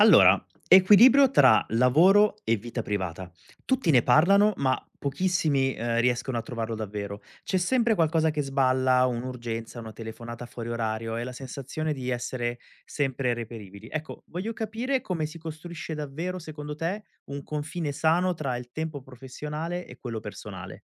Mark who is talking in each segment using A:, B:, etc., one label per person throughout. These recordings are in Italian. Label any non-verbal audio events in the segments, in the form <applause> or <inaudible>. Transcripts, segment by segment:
A: Allora, equilibrio tra lavoro e vita privata. Tutti ne parlano, ma pochissimi, riescono a trovarlo davvero. C'è sempre qualcosa che sballa, un'urgenza, una telefonata fuori orario e la sensazione di essere sempre reperibili. Ecco, voglio capire come si costruisce davvero, secondo te, un confine sano tra il tempo professionale e quello personale.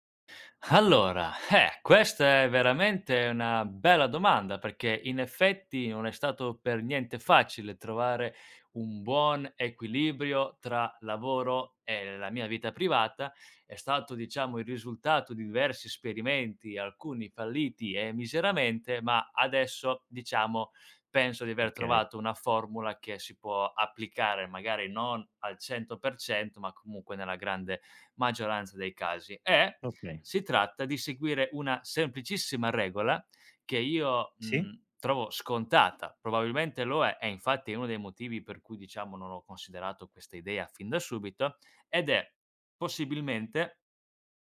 B: Questa è veramente una bella domanda perché in effetti non è stato per niente facile trovare un buon equilibrio tra lavoro e la mia vita privata. È stato, diciamo, il risultato di diversi esperimenti, alcuni falliti e miseramente, ma adesso, diciamo, penso di aver
A: Okay,
B: trovato una formula che si può applicare magari non al 100%, ma comunque nella grande maggioranza dei casi. E
A: okay.
B: si tratta di seguire una semplicissima regola che io,
A: Sì?
B: trovo scontata, probabilmente lo è, e infatti è uno dei motivi per cui diciamo non ho considerato questa idea fin da subito, ed è possibilmente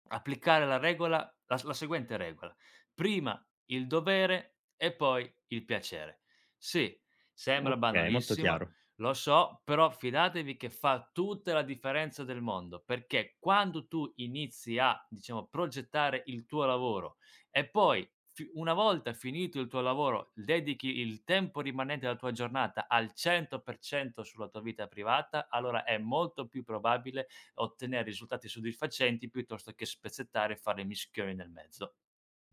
B: applicare la seguente regola: prima il dovere e poi il piacere. Sì, sembra
A: Okay, molto
B: banalissimo
A: chiaro.
B: lo so, però fidatevi che fa tutta la differenza del mondo, perché quando tu inizi a, diciamo, progettare il tuo lavoro e poi fi una volta finito il tuo lavoro, dedichi il tempo rimanente della tua giornata al 100% sulla tua vita privata, allora è molto più probabile ottenere risultati soddisfacenti piuttosto che spezzettare e fare mischioni nel mezzo.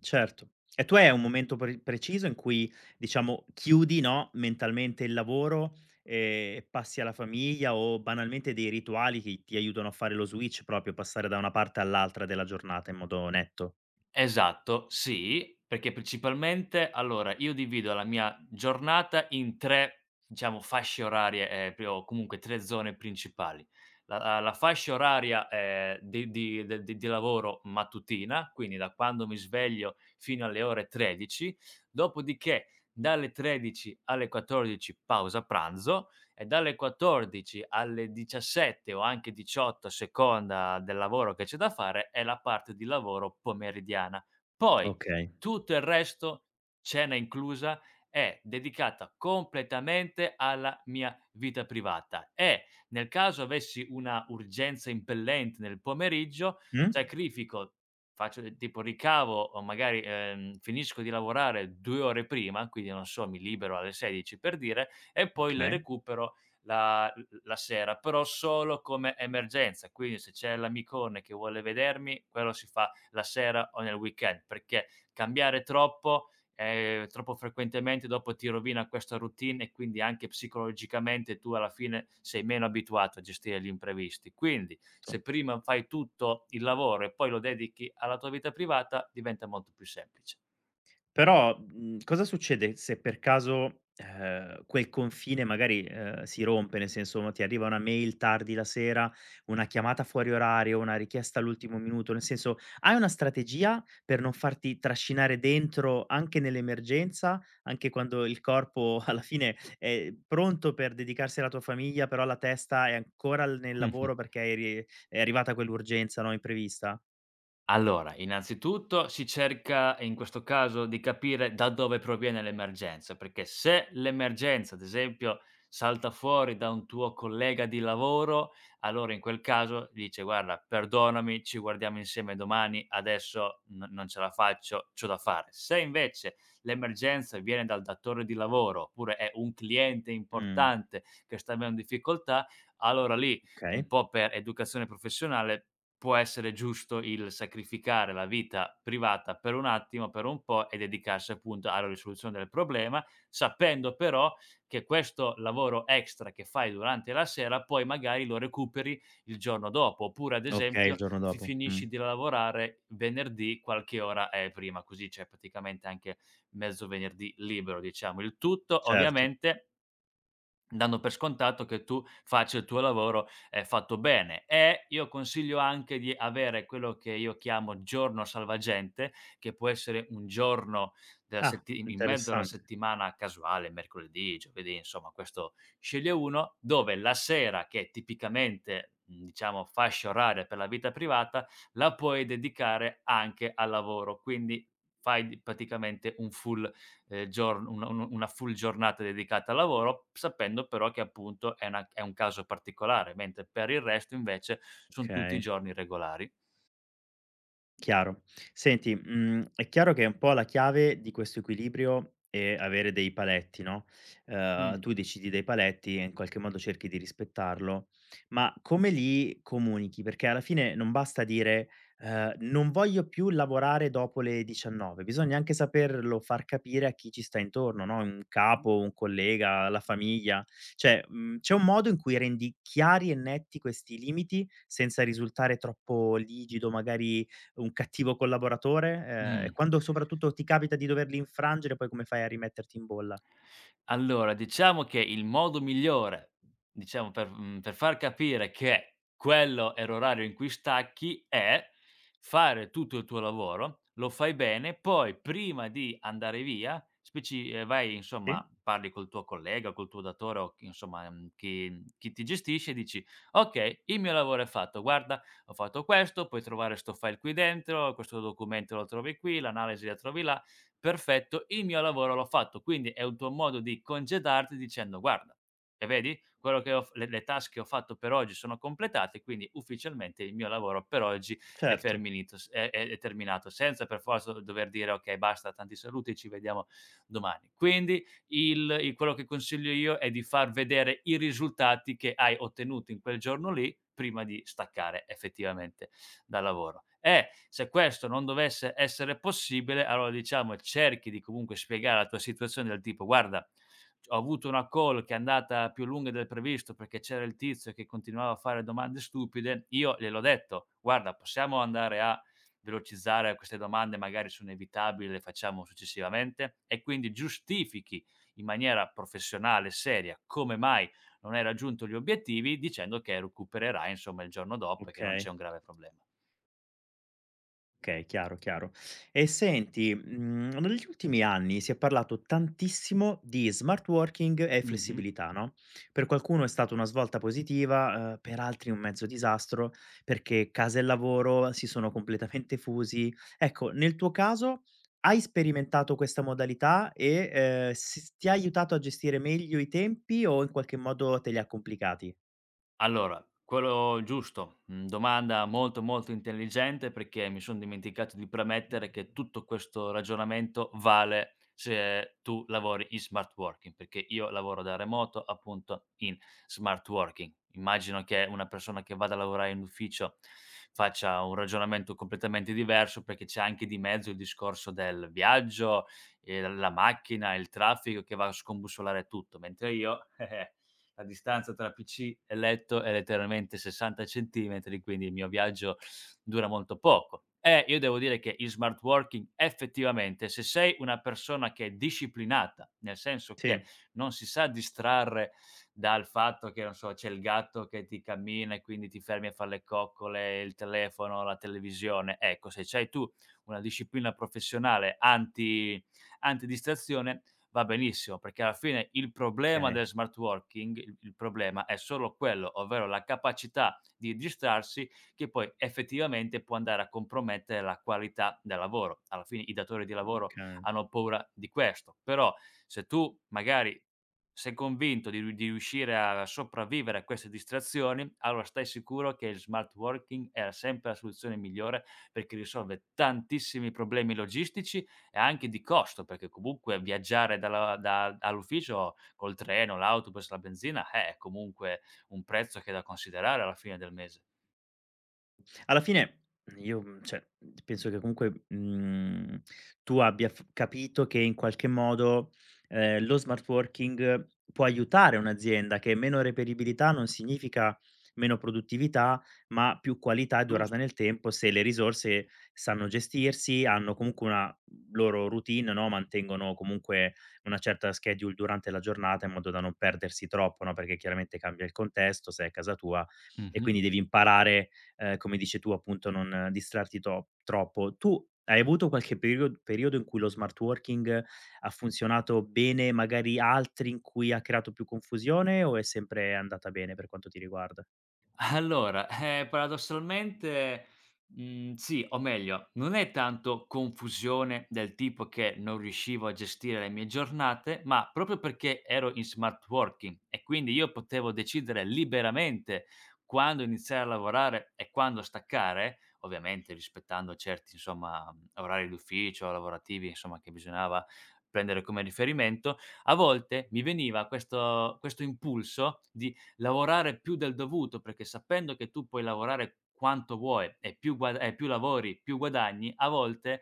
A: Certo. E tu hai un momento preciso in cui, diciamo, chiudi, no, mentalmente il lavoro e passi alla famiglia o banalmente dei rituali che ti aiutano a fare lo switch, proprio passare da una parte all'altra della giornata in modo netto?
B: Esatto, sì, perché principalmente allora io divido la mia giornata in 3, diciamo, fasce orarie, pri o comunque 3 zone principali. La la fascia oraria, di de di lavoro mattutina, quindi da quando mi sveglio fino alle ore 13, dopodiché dalle 13 alle 14 pausa pranzo, e dalle 14 alle 17 o anche 18 a seconda del lavoro che c'è da fare è la parte di lavoro pomeridiana. Poi
A: Okay.
B: tutto il resto, cena inclusa, è dedicata completamente alla mia vita privata e nel caso avessi una urgenza impellente nel pomeriggio,
A: Mh?
B: sacrifico faccio del tipo ricavo o magari, finisco di lavorare 2 ore prima, quindi non so, mi libero alle 16 per dire, e poi le
A: Okay.
B: recupero la sera, però solo come emergenza. Quindi se c'è l'amicone che vuole vedermi, quello si fa la sera o nel weekend, perché cambiare troppo, troppo frequentemente dopo ti rovina questa routine e quindi anche psicologicamente tu alla fine sei meno abituato a gestire gli imprevisti. Quindi se prima fai tutto il lavoro e poi lo dedichi alla tua vita privata, diventa molto più semplice.
A: Però, mhmm, cosa succede se per caso, quel confine magari, si rompe? Nel senso, ma ti arriva una mail tardi la sera, una chiamata fuori orario, una richiesta all'ultimo minuto, nel senso, hai una strategia per non farti trascinare dentro anche nell'emergenza, anche quando il corpo <laughs> alla fine è pronto per dedicarsi alla tua famiglia, però la testa è ancora l nel lavoro
B: <laughs>
A: perché eri è arrivata quell'urgenza, no, imprevista?
B: Allora, innanzitutto si cerca in questo caso di capire da dove proviene l'emergenza, perché se l'emergenza, ad esempio, salta fuori da un tuo collega di lavoro, allora in quel caso dice guarda, perdonami, ci guardiamo insieme domani, adesso non ce la faccio, c'ho da fare. Se invece l'emergenza viene dal datore di lavoro oppure è un cliente
A: Mh,
B: importante che sta avendo difficoltà, allora lì
A: okay.
B: un po' per educazione professionale può essere giusto il sacrificare la vita privata per un attimo, per un po' e dedicarsi appunto alla risoluzione del problema, sapendo però che questo lavoro extra che fai durante la sera poi magari lo recuperi il giorno dopo, oppure ad
A: Okay, il
B: esempio
A: giorno
B: fi
A: dopo.
B: finisci di lavorare venerdì qualche ora prima, così c'è praticamente anche mezzo venerdì libero diciamo. Il tutto
A: Certo.
B: ovviamente dando per scontato che tu faccia il tuo lavoro, fatto bene. E io consiglio anche di avere quello che io chiamo giorno salvagente, che può essere un giorno della
A: Ah,
B: setti in mezzo alla
A: interessante.
B: settimana casuale, mercoledì, giovedì, insomma questo sceglie uno, dove la sera che è tipicamente, diciamo fascia oraria per la vita privata, la puoi dedicare anche al lavoro. Quindi fai d praticamente un full giorn un una full giornata dedicata al lavoro, sapendo però che appunto è un caso particolare, mentre per il resto invece son tutti i
A: Okay.
B: giorni regolari.
A: Chiaro. Senti, mhmm, è chiaro che un po' la chiave di questo equilibrio è avere dei paletti, no,
B: Mh,
A: tu decidi dei paletti e in qualche modo cerchi di rispettarlo, ma come li comunichi? Perché alla fine non basta dire, "Non voglio più lavorare dopo le 19." Bisogna anche saperlo far capire a chi ci sta intorno, no, un. Capo, un collega, la famiglia. Cioè, mhmm, c'è un modo in cui rendi chiari e netti questi limiti senza risultare troppo rigido, magari un cattivo collaboratore,
B: mh.
A: e quando soprattutto ti capita di doverli infrangere, poi come fai a rimetterti in bolla?
B: Allora, diciamo che il modo migliore, diciamo, per per far capire che quello è l'orario in cui stacchi è fare tutto il tuo lavoro, lo fai bene, poi prima di andare via speci vai insomma,
A: Sì?
B: parli col tuo collega, col tuo datore o chi insomma, chi ti gestisce e dici: "Okay, il mio lavoro è fatto. Guarda, ho fatto questo, puoi trovare 'sto file qui dentro, questo documento lo trovi qui, l'analisi la trovi là" perfetto, il mio lavoro l'ho fatto. Quindi è un tuo modo di congedarti dicendo: "Guarda, e vedi quello che ho f le task che ho fatto per oggi sono completate, quindi ufficialmente il mio lavoro per oggi è
A: Certo,
B: ferminito s è terminato", senza per forza do dover dire: "Okay, basta, tanti saluti, ci vediamo domani". Quindi il quello che consiglio io è di far vedere i risultati che hai ottenuto in quel giorno lì, prima di staccare effettivamente dal lavoro. E se questo non dovesse essere possibile, allora diciamo cerchi di comunque spiegare la tua situazione del tipo guarda, ho avuto una call che è andata più lunga del previsto perché c'era il tizio che continuava a fare domande stupide, io gliel'ho detto, guarda, possiamo andare a velocizzare queste domande, magari sono inevitabili, le facciamo successivamente e quindi giustifichi in maniera professionale, seria, come mai non hai raggiunto gli obiettivi dicendo che recupererai insomma il giorno dopo e che non c'è
A: okay.
B: un grave problema.
A: Okay, chiaro, chiaro. E senti, mhmm, negli ultimi anni si è parlato tantissimo di smart working e
B: Mh-mh.
A: flessibilità, no, per qualcuno è stata una svolta positiva, per altri un mezzo disastro, perché casa e lavoro si sono completamente fusi. Ecco, nel tuo caso hai sperimentato questa modalità e, s ti ha aiutato a gestire meglio i tempi o in qualche modo te li ha complicati?
B: Allora, quello giusto. Mhmm, Domanda molto, molto intelligente perché mi son dimenticato di premettere che tutto questo ragionamento vale se tu lavori in smart working, perché io lavoro da remoto, appunto, in smart working. Immagino che una persona che vada a lavorare in ufficio faccia un ragionamento completamente diverso, perché c'è anche di mezzo il discorso del viaggio, la macchina, il traffico che va a scombussolare tutto, mentre io <laughs> la distanza tra PC e letto è letteralmente 60 centimetri, quindi il mio viaggio dura molto poco. E io devo dire che il smart working effettivamente, se sei una persona che è disciplinata, nel senso che
A: Sì,
B: non si sa distrarre dal fatto che, non so, c'è il gatto che ti cammina e quindi ti fermi a fare le coccole, il telefono, la televisione. Ecco, se c'hai tu una disciplina professionale anti, antidistrazione, va benissimo, perché alla fine il problema
A: okay,
B: del smart working, il problema è solo quello, ovvero la capacità di distrarsi che poi effettivamente può andare a compromettere la qualità del lavoro. Alla fine i datori di lavoro
A: okay.
B: hanno paura di questo, però se tu magari sei convinto di riuscire a sopravvivere a queste distrazioni, allora stai sicuro che il smart working è sempre la soluzione migliore perché risolve tantissimi problemi logistici e anche di costo, perché comunque viaggiare dalla da dall'ufficio col treno, l'autobus, la benzina, è comunque un prezzo che è da considerare alla fine del mese,
A: Alla fine io, cioè, penso che comunque, tu abbia f capito che in qualche modo, lo smart working può aiutare un'azienda, che meno reperibilità non significa meno produttività, ma più qualità e durata
B: giusto?
A: nel tempo se le risorse sanno gestirsi, hanno comunque una loro routine, no, mantengono comunque una certa schedule durante la giornata in modo da non perdersi troppo, no, perché chiaramente cambia il contesto, sei a casa tua e
B: Mh-mh.
A: quindi devi imparare come dici tu appunto non distrarti to troppo. Tu hai avuto qualche periodo in cui lo smart working ha funzionato bene, magari altri in cui ha creato più confusione o è sempre andata bene per quanto ti riguarda?
B: Paradossalmente, sì, o meglio, non è tanto confusione del tipo che non riuscivo a gestire le mie giornate, ma proprio perché ero in smart working e quindi io potevo decidere liberamente quando iniziare a lavorare e quando staccare, ovviamente rispettando certi, insomma, orari d'ufficio, lavorativi, insomma, che bisognava prendere come riferimento, a volte mi veniva questo impulso di lavorare più del dovuto, perché sapendo che tu puoi lavorare quanto vuoi e più guad e più lavori, più guadagni, a volte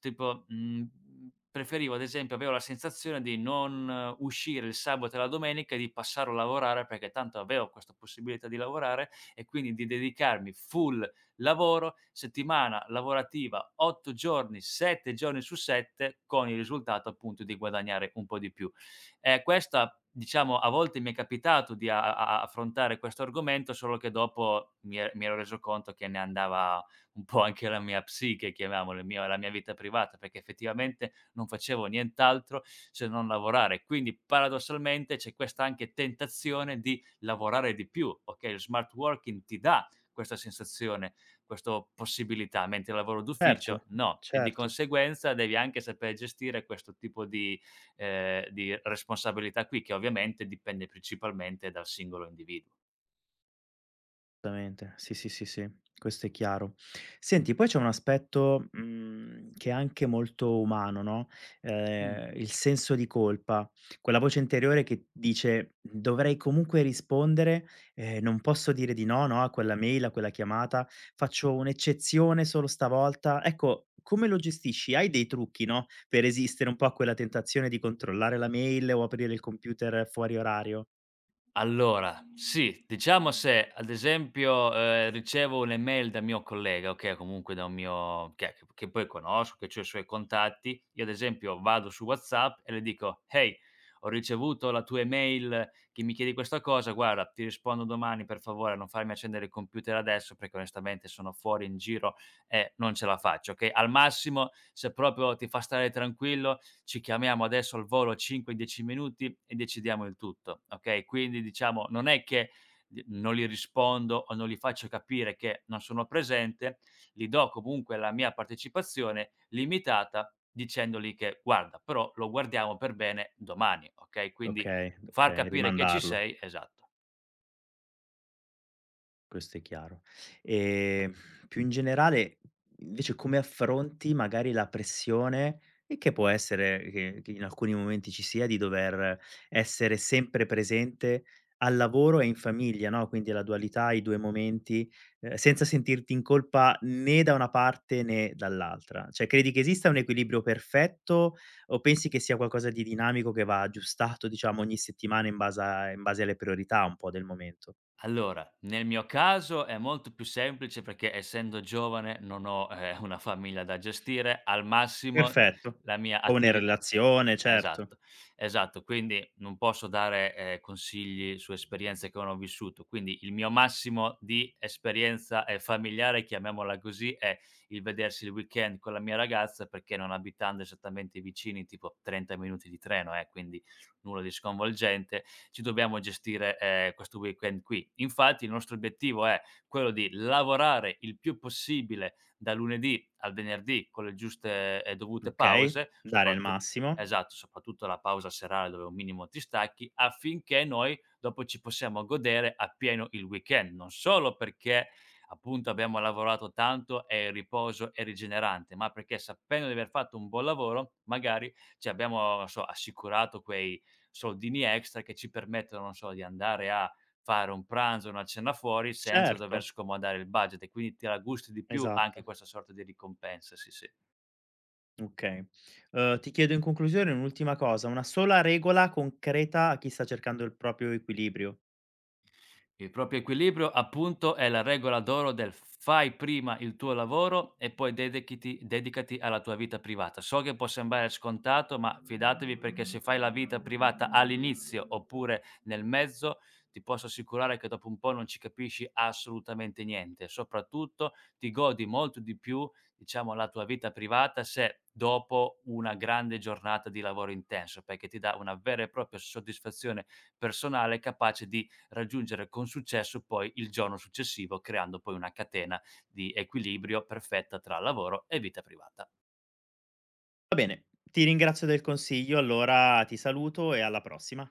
B: tipo, preferivo ad esempio avevo la sensazione di non uscire il sabato e la domenica e di passarlo a lavorare, perché tanto avevo questa possibilità di lavorare e quindi di dedicarmi full lavoro, settimana lavorativa 8 giorni, 7 giorni su 7, con il risultato appunto di guadagnare un po' di più. Questa diciamo a volte mi è capitato di a a affrontare questo argomento, solo che dopo mi ero reso conto che ne andava un po' anche la mia psiche, chiamiamola, il mio la mia vita privata, perché effettivamente non facevo nient'altro se non lavorare. Quindi paradossalmente c'è questa anche tentazione di lavorare di più. Okay, lo smart working ti dà questa sensazione, questo possibilità, mentre il lavoro d'ufficio
A: Certo,
B: no, e di
A: certo.
B: conseguenza devi anche saper gestire questo tipo di responsabilità qui, che ovviamente dipende principalmente dal singolo individuo.
A: Assolutamente. Sì, sì, sì, sì, questo è chiaro. Senti, poi c'è un aspetto, che è anche molto umano, no,
B: Mh.
A: il senso di colpa, quella voce interiore che dice: "Dovrei comunque rispondere, non posso dire di no, no, a quella mail, a quella chiamata, faccio un'eccezione solo stavolta." Ecco, come lo gestisci? Hai dei trucchi, no, per resistere un po' a quella tentazione di controllare la mail o aprire il computer fuori orario?
B: Allora, sì, diciamo se ad esempio, ricevo un'email da mio collega, okay, o comunque da un mio che poi conosco, che c'ho i suoi contatti, io ad esempio vado su WhatsApp e le dico: "Hey, ho ricevuto la tua email che mi chiedi questa cosa, guarda ti rispondo domani per favore, non farmi accendere il computer adesso perché onestamente sono fuori in giro e non ce la faccio", okay, al massimo se proprio ti fa stare tranquillo ci chiamiamo adesso al volo 5, 10 minuti e decidiamo il tutto, okay? Quindi diciamo non è che d non gli rispondo o non gli faccio capire che non sono presente, gli do comunque la mia partecipazione limitata dicendogli che: "Guarda, però lo guardiamo per bene domani", okay? Quindi
A: Okay,
B: far
A: okay,
B: capire che ci
A: rimandarlo.
B: sei esatto.
A: Questo è chiaro. Ehm, più in generale, invece come affronti magari la pressione, e che può essere che in alcuni momenti ci sia, di dover essere sempre presente al lavoro e in famiglia, no, quindi la dualità, i 2 momenti, senza sentirti in colpa né da una parte né dall'altra. Cioè, credi che esista un equilibrio perfetto o pensi che sia qualcosa di dinamico che va aggiustato, diciamo, ogni settimana in base alle priorità un po' del momento?
B: Allora, nel mio caso è molto più semplice perché essendo giovane non ho, una famiglia da gestire, al massimo
A: Perfetto.
B: la mia
A: Come
B: attivi
A: relazione, certo.
B: Esatto, esatto. Quindi non posso dare, consigli su esperienze che non ho vissuto. Quindi il mio massimo di esperienza, familiare, chiamiamola così, è il vedersi il weekend con la mia ragazza, perché non abitando esattamente vicini, tipo 30 minuti di treno, quindi nulla di sconvolgente, ci dobbiamo gestire, questo weekend qui. Infatti il nostro obiettivo è quello di lavorare il più possibile da lunedì al venerdì con le giuste e dovute
A: Okay,
B: pause,
A: dare il
B: soprattu
A: massimo.
B: Esatto, soprattutto la pausa serale dove un minimo ti stacchi, affinché noi dopo ci possiamo godere appieno il weekend, non solo perché appunto abbiamo lavorato tanto e il riposo è rigenerante, ma perché sapendo di aver fatto un buon lavoro, magari ci abbiamo, non so, assicurato quei soldini extra che ci permettono, non so, di andare a fare un pranzo, una cena fuori senza dover
A: Certo,
B: scomodare il budget e quindi te la gusti di più anche
A: esatto.
B: questa sorta di ricompensa, sì, sì.
A: Okay. Ti chiedo in conclusione un'ultima cosa, una sola regola concreta a chi sta cercando il proprio equilibrio.
B: Il proprio equilibrio, appunto, è la regola d'oro del fai prima il tuo lavoro e poi dedicati alla tua vita privata. So che può sembrare scontato, ma fidatevi perché se fai la vita privata all'inizio oppure nel mezzo, ti posso assicurare che dopo un po' non ci capisci assolutamente niente. Soprattutto ti godi molto di più, diciamo, la tua vita privata se dopo una grande giornata di lavoro intenso, perché ti dà una vera e propria soddisfazione personale capace di raggiungere con successo poi il giorno successivo, creando poi una catena di equilibrio perfetta tra lavoro e vita privata.
A: Va bene, ti ringrazio del consiglio allora, ti saluto e alla prossima.